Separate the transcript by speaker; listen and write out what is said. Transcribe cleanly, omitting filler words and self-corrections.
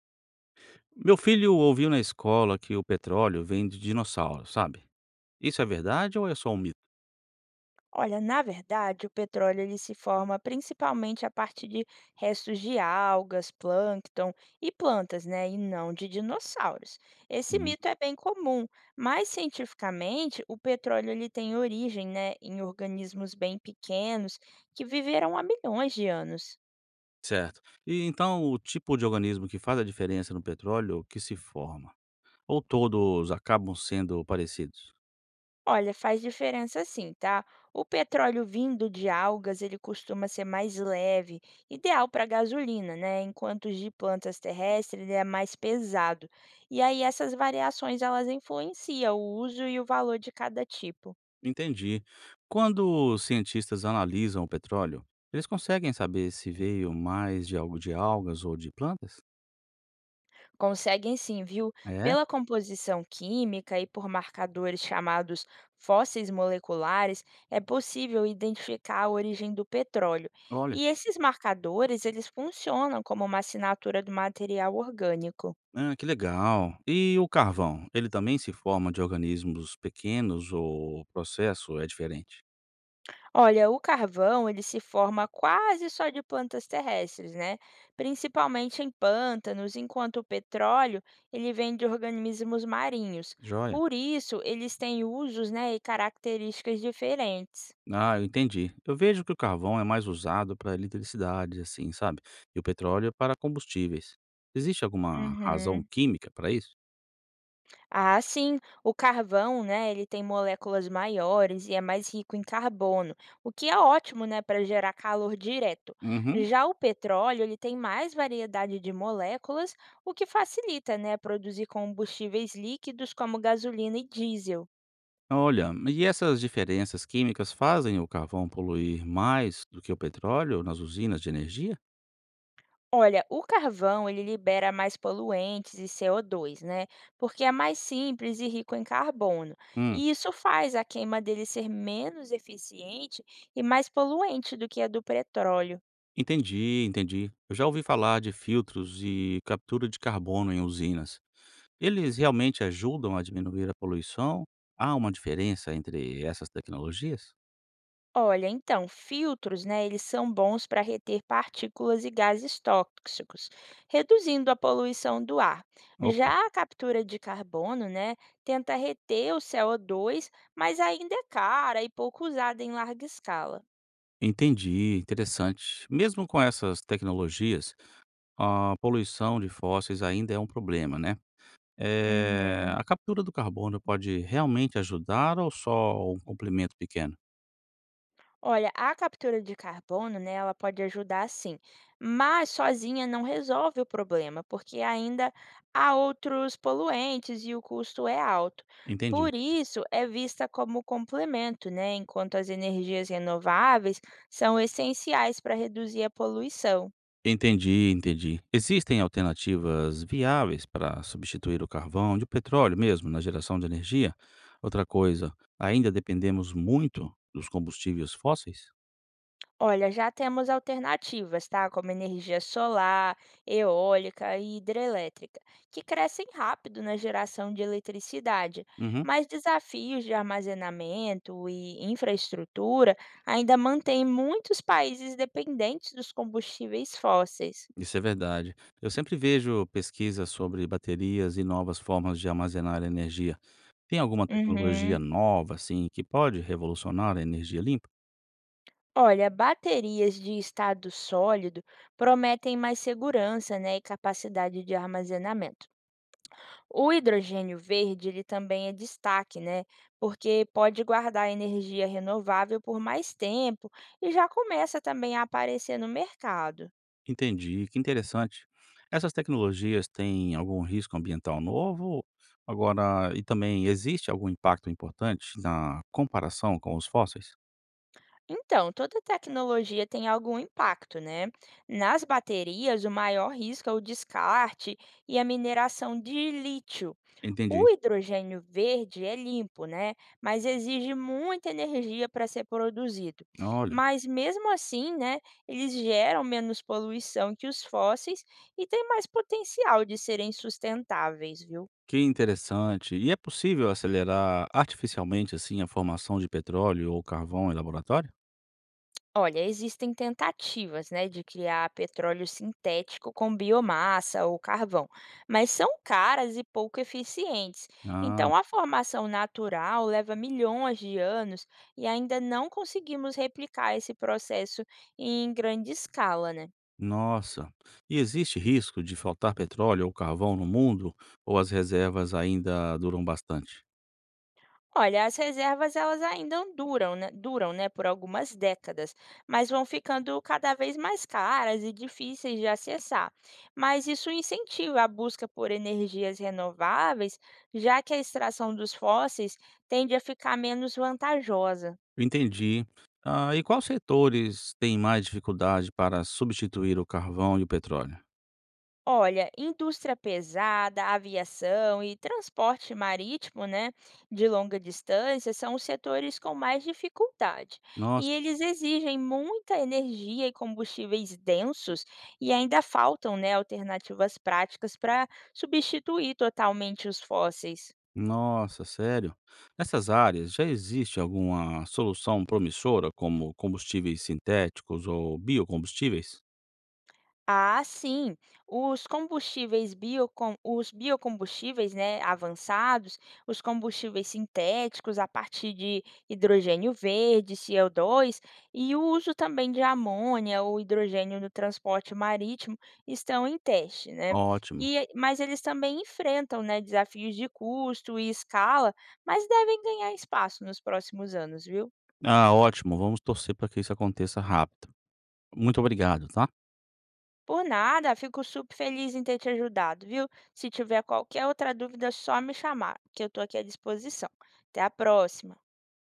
Speaker 1: Meu filho ouviu na escola que o petróleo vem de dinossauro, sabe? Isso é verdade ou é só um mito?
Speaker 2: Olha, na verdade, o petróleo ele se forma principalmente a partir de restos de algas, plâncton e plantas, né, e não de dinossauros. Esse
Speaker 1: Hum,
Speaker 2: mito é bem comum, mas cientificamente o petróleo ele tem origem, né, em organismos bem pequenos que viveram há milhões de anos.
Speaker 1: certo. E então o tipo de organismo que faz a diferença no petróleo que se forma? Ou todos acabam sendo parecidos?
Speaker 2: Olha, faz diferença sim, tá? O petróleo vindo de algas, ele costuma ser mais leve, ideal para gasolina, né? Enquanto os de plantas terrestres, ele é mais pesado. E aí essas variações, elas influenciam o uso e o valor de cada tipo.
Speaker 1: Entendi. Quando os cientistas analisam o petróleo, eles conseguem saber se veio mais de algo de algas ou de plantas?
Speaker 2: Conseguem sim, viu?
Speaker 1: É?
Speaker 2: Pela composição química e por marcadores chamados fósseis moleculares, é possível identificar a origem do petróleo.
Speaker 1: Olha.
Speaker 2: E esses marcadores, eles funcionam como uma assinatura do material orgânico.
Speaker 1: Ah, que legal. E o carvão? Ele também se forma de organismos pequenos ou o processo é diferente?
Speaker 2: Olha, o carvão, ele se forma quase só de plantas terrestres, né? Principalmente em pântanos, enquanto o petróleo, ele vem de organismos marinhos.
Speaker 1: Joia.
Speaker 2: Por isso, eles têm usos, né, e características diferentes.
Speaker 1: Ah, eu entendi. Eu vejo que o carvão é mais usado para eletricidade, assim, sabe? E o petróleo é para combustíveis. Existe alguma razão
Speaker 2: Uhum.
Speaker 1: química para isso?
Speaker 2: Ah, sim. O carvão, né, ele tem moléculas maiores e é mais rico em carbono, o que é ótimo, né, para gerar calor direto.
Speaker 1: Uhum.
Speaker 2: Já o petróleo, ele tem mais variedade de moléculas, o que facilita, né, produzir combustíveis líquidos como gasolina e diesel.
Speaker 1: Olha, e essas diferenças químicas fazem o carvão poluir mais do que o petróleo nas usinas de energia?
Speaker 2: Olha, o carvão ele libera mais poluentes e CO2, né? Porque é mais simples e rico em carbono.
Speaker 1: Hum,
Speaker 2: E isso faz a queima dele ser menos eficiente e mais poluente do que a do petróleo.
Speaker 1: entendi. Eu já ouvi falar de filtros e captura de carbono em usinas. Eles realmente ajudam a diminuir a poluição? Há uma diferença entre essas tecnologias?
Speaker 2: Olha, então, filtros, né, eles são bons para reter partículas e gases tóxicos, reduzindo a poluição do ar.
Speaker 1: Opa.
Speaker 2: Já a captura de carbono, né, tenta reter o CO2, mas ainda é cara e pouco usada em larga escala.
Speaker 1: Entendi, interessante. Mesmo com essas tecnologias, a poluição de fósseis ainda é um problema, né?
Speaker 2: Uhum.
Speaker 1: A captura do carbono pode realmente ajudar ou só um complemento pequeno?
Speaker 2: Olha, a captura de carbono, né, ela pode ajudar sim, mas sozinha não resolve o problema, porque ainda há outros poluentes e o custo é alto.
Speaker 1: Entendi.
Speaker 2: Por isso, é vista como complemento, né, enquanto as energias renováveis são essenciais para reduzir a poluição.
Speaker 1: Entendi. Existem alternativas viáveis para substituir o carvão de petróleo mesmo na geração de energia? Outra coisa, ainda dependemos muito dos combustíveis fósseis?
Speaker 2: Olha, já temos alternativas, tá? Como energia solar, eólica e hidrelétrica, que crescem rápido na geração de eletricidade,
Speaker 1: Uhum.
Speaker 2: mas desafios de armazenamento e infraestrutura ainda mantêm muitos países dependentes dos combustíveis fósseis.
Speaker 1: Isso é verdade. Eu sempre vejo pesquisas sobre baterias e novas formas de armazenar energia. Tem alguma tecnologia
Speaker 2: Uhum.
Speaker 1: nova, assim, que pode revolucionar a energia limpa?
Speaker 2: Olha, baterias de estado sólido prometem mais segurança, né, e capacidade de armazenamento. O hidrogênio verde, ele também é destaque, né? Porque pode guardar energia renovável por mais tempo e já começa também a aparecer no mercado.
Speaker 1: Entendi, que interessante. Essas tecnologias têm algum risco ambiental novo? Agora, e também existe algum impacto importante na comparação com os fósseis?
Speaker 2: Então, toda tecnologia tem algum impacto, né? Nas baterias, o maior risco é o descarte e a mineração de lítio. O
Speaker 1: Entendi.
Speaker 2: hidrogênio verde é limpo, né? Mas exige muita energia para ser produzido.
Speaker 1: Olha,
Speaker 2: Mas mesmo assim, né, eles geram menos poluição que os fósseis e têm mais potencial de serem sustentáveis, viu?
Speaker 1: que interessante. E é possível acelerar artificialmente assim a formação de petróleo ou carvão em laboratório?
Speaker 2: Olha, existem tentativas, né, de criar petróleo sintético com biomassa ou carvão, mas são caras e pouco eficientes.
Speaker 1: Ah,
Speaker 2: Então, a formação natural leva milhões de anos e ainda não conseguimos replicar esse processo em grande escala, né?
Speaker 1: nossa. E existe risco de faltar petróleo ou carvão no mundo ou as reservas ainda duram bastante?
Speaker 2: Olha, as reservas elas ainda duram, né? Duram, né, por algumas décadas, mas vão ficando cada vez mais caras e difíceis de acessar. Mas isso incentiva a busca por energias renováveis, já que a extração dos fósseis tende a ficar menos vantajosa.
Speaker 1: Entendi. Ah, e quais setores têm mais dificuldade para substituir o carvão e o petróleo?
Speaker 2: Olha, indústria pesada, aviação e transporte marítimo, né, de longa distância, são os setores com mais dificuldade. E
Speaker 1: Nossa,
Speaker 2: eles exigem muita energia e combustíveis densos, e ainda faltam, né, alternativas práticas para substituir totalmente os fósseis.
Speaker 1: sério? Nessas áreas já existe alguma solução promissora, como combustíveis sintéticos ou biocombustíveis?
Speaker 2: Ah, sim. Os combustíveis biocom os biocombustíveis, né, avançados, os combustíveis sintéticos a partir de hidrogênio verde, CO2, e o uso também de amônia ou hidrogênio no transporte marítimo estão em teste, né?
Speaker 1: Ótimo.
Speaker 2: Mas eles também enfrentam, né, desafios de custo e escala, mas devem ganhar espaço nos próximos anos, viu?
Speaker 1: Ah, ótimo. Vamos torcer para que isso aconteça rápido. Muito obrigado, tá?
Speaker 2: Por nada, fico super feliz em ter te ajudado, viu? Se tiver qualquer outra dúvida, é só me chamar, que eu estou aqui à disposição. Até a próxima!